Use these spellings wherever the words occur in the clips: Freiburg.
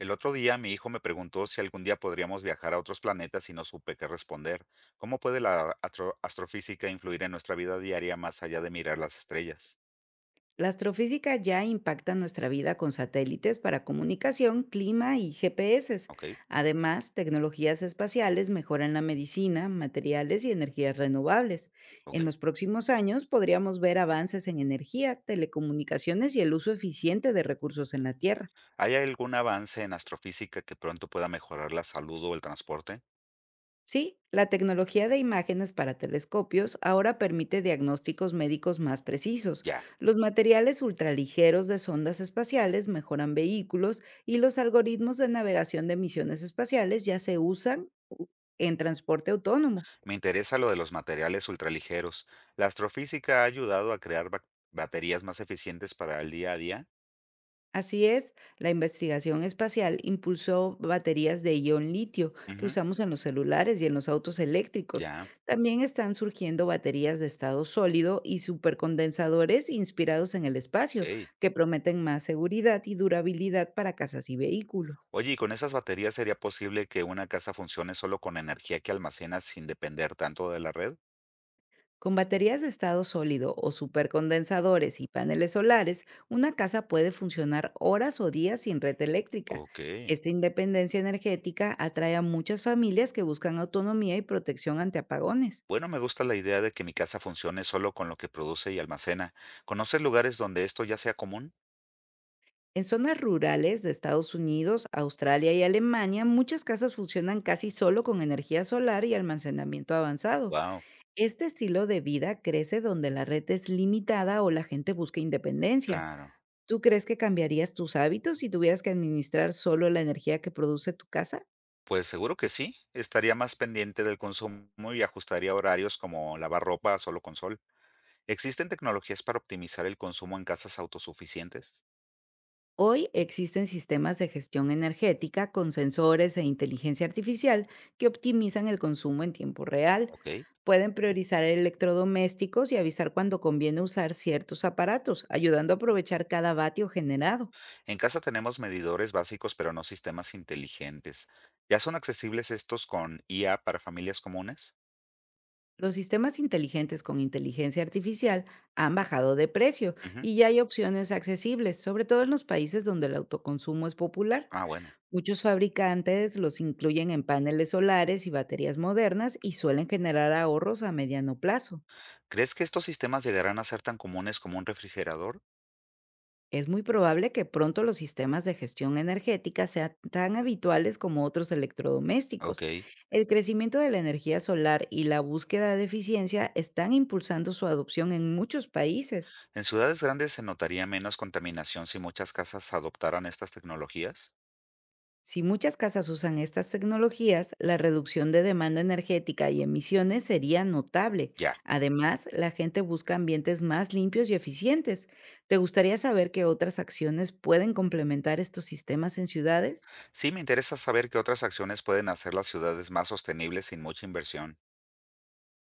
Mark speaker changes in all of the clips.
Speaker 1: El otro día mi hijo me preguntó si algún día podríamos viajar a otros planetas y no supe qué responder. ¿Cómo puede la astrofísica influir en nuestra vida diaria más allá de mirar las estrellas?
Speaker 2: La astrofísica ya impacta nuestra vida con satélites para comunicación, clima y GPS.
Speaker 1: Ok,
Speaker 2: Además, tecnologías espaciales mejoran la medicina, materiales y energías renovables. En
Speaker 1: ok.
Speaker 2: los próximos años podríamos ver avances en energía, telecomunicaciones y el uso eficiente de recursos en la Tierra.
Speaker 1: ¿Hay algún avance en astrofísica que pronto pueda mejorar la salud o el transporte?
Speaker 2: Sí, la tecnología de imágenes para telescopios ahora permite diagnósticos médicos más precisos.
Speaker 1: Ya,
Speaker 2: Los materiales ultraligeros de sondas espaciales mejoran vehículos y los algoritmos de navegación de misiones espaciales ya se usan en transporte autónomo.
Speaker 1: me interesa lo de los materiales ultraligeros. ¿La astrofísica ha ayudado a crear baterías más eficientes para el día a día?
Speaker 2: Así es, la investigación espacial impulsó baterías de ion litio que
Speaker 1: Ujú,
Speaker 2: usamos en los celulares y en los autos eléctricos.
Speaker 1: ya,
Speaker 2: También están surgiendo baterías de estado sólido y supercondensadores inspirados en el espacio,
Speaker 1: ok.
Speaker 2: que prometen más seguridad y durabilidad para casas y vehículos.
Speaker 1: Oye, ¿y con esas baterías sería posible que una casa funcione solo con energía que almacena sin depender tanto de la red?
Speaker 2: Con baterías de estado sólido o supercondensadores y paneles solares, una casa puede funcionar horas o días sin red eléctrica.
Speaker 1: Ok.
Speaker 2: Esta independencia energética atrae a muchas familias que buscan autonomía y protección ante apagones.
Speaker 1: Bueno, me gusta la idea de que mi casa funcione solo con lo que produce y almacena. ¿Conoces lugares donde esto ya sea común?
Speaker 2: En zonas rurales de Estados Unidos, Australia y Alemania, muchas casas funcionan casi solo con energía solar y almacenamiento avanzado.
Speaker 1: Wow,
Speaker 2: Este estilo de vida crece donde la red es limitada o la gente busca independencia.
Speaker 1: claro.
Speaker 2: ¿Tú crees que cambiarías tus hábitos si tuvieras que administrar solo la energía que produce tu casa?
Speaker 1: Pues seguro que sí. Estaría más pendiente del consumo y ajustaría horarios como lavar ropa solo con sol. ¿Existen tecnologías para optimizar el consumo en casas autosuficientes?
Speaker 2: Hoy existen sistemas de gestión energética con sensores e inteligencia artificial que optimizan el consumo en tiempo real.
Speaker 1: Ok.
Speaker 2: Pueden priorizar electrodomésticos y avisar cuando conviene usar ciertos aparatos, ayudando a aprovechar cada vatio generado.
Speaker 1: En casa tenemos medidores básicos, pero no sistemas inteligentes. ¿Ya son accesibles estos con IA para familias comunes?
Speaker 2: Los sistemas inteligentes con inteligencia artificial han bajado de precio
Speaker 1: Ujú.
Speaker 2: y ya hay opciones accesibles, sobre todo en los países donde el autoconsumo es popular.
Speaker 1: Ah, bueno.
Speaker 2: Muchos fabricantes los incluyen en paneles solares y baterías modernas y suelen generar ahorros a mediano plazo.
Speaker 1: ¿Crees que estos sistemas llegarán a ser tan comunes como un refrigerador?
Speaker 2: Es muy probable que pronto los sistemas de gestión energética sean tan habituales como otros
Speaker 1: Ok.
Speaker 2: electrodomésticos. El crecimiento de la energía solar y la búsqueda de eficiencia están impulsando su adopción en muchos países.
Speaker 1: ¿En ciudades grandes se notaría menos contaminación si muchas casas adoptaran estas tecnologías?
Speaker 2: Si muchas casas usan estas tecnologías, la reducción de demanda energética y emisiones sería notable.
Speaker 1: Ya.
Speaker 2: Además, la gente busca ambientes más limpios y eficientes. ¿Te gustaría saber qué otras acciones pueden complementar estos sistemas en ciudades?
Speaker 1: Sí, me interesa saber qué otras acciones pueden hacer las ciudades más sostenibles sin mucha inversión.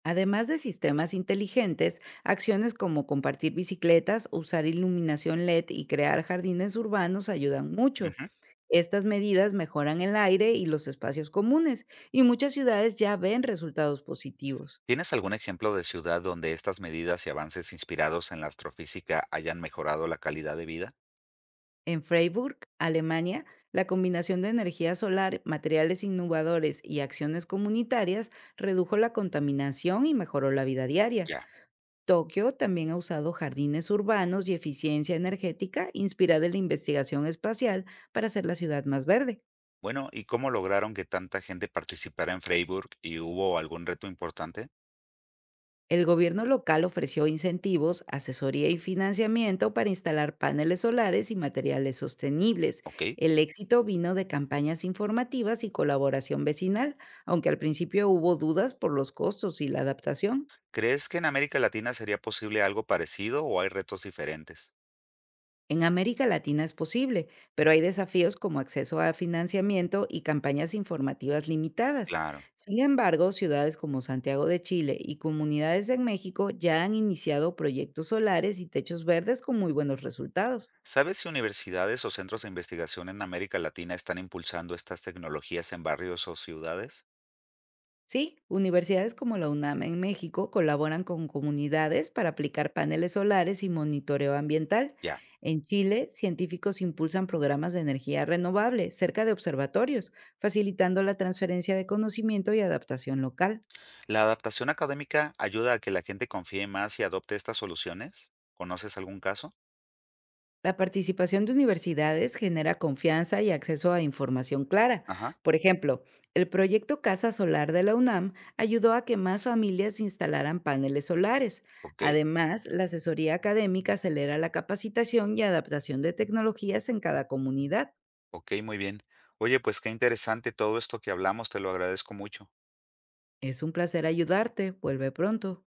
Speaker 2: Además de sistemas inteligentes, acciones como compartir bicicletas, usar iluminación LED y crear jardines urbanos ayudan mucho.
Speaker 1: Ujú.
Speaker 2: Estas medidas mejoran el aire y los espacios comunes, y muchas ciudades ya ven resultados positivos.
Speaker 1: ¿Tienes algún ejemplo de ciudad donde estas medidas y avances inspirados en la astrofísica hayan mejorado la calidad de vida?
Speaker 2: En Freiburg, Alemania, la combinación de energía solar, materiales innovadores y acciones comunitarias redujo la contaminación y mejoró la vida diaria.
Speaker 1: Ya.
Speaker 2: Tokio también ha usado jardines urbanos y eficiencia energética inspirada en la investigación espacial para hacer la ciudad más verde.
Speaker 1: Bueno, ¿y cómo lograron que tanta gente participara en Freiburg y hubo algún reto importante?
Speaker 2: El gobierno local ofreció incentivos, asesoría y financiamiento para instalar paneles solares y materiales sostenibles.
Speaker 1: Ok.
Speaker 2: El éxito vino de campañas informativas y colaboración vecinal, aunque al principio hubo dudas por los costos y la adaptación.
Speaker 1: ¿Crees que en América Latina sería posible algo parecido o hay retos diferentes?
Speaker 2: En América Latina es posible, pero hay desafíos como acceso a financiamiento y campañas informativas limitadas.
Speaker 1: Claro.
Speaker 2: Sin embargo, ciudades como Santiago de Chile y comunidades en México ya han iniciado proyectos solares y techos verdes con muy buenos resultados.
Speaker 1: ¿Sabes si universidades o centros de investigación en América Latina están impulsando estas tecnologías en barrios o ciudades?
Speaker 2: Sí, universidades como la UNAM en México colaboran con comunidades para aplicar paneles solares y monitoreo ambiental.
Speaker 1: Ya.
Speaker 2: En Chile, científicos impulsan programas de energía renovable cerca de observatorios, facilitando la transferencia de conocimiento y adaptación local.
Speaker 1: ¿La adaptación académica ayuda a que la gente confíe más y adopte estas soluciones? ¿Conoces algún caso?
Speaker 2: La participación de universidades genera confianza y acceso a información clara.
Speaker 1: Ajá.
Speaker 2: Por ejemplo, el proyecto Casa Solar de la UNAM ayudó a que más familias instalaran paneles solares.
Speaker 1: Ok.
Speaker 2: Además, la asesoría académica acelera la capacitación y adaptación de tecnologías en cada comunidad.
Speaker 1: Ok, muy bien. Oye, pues qué interesante todo esto que hablamos, te lo agradezco mucho.
Speaker 2: Es un placer ayudarte. Vuelve pronto.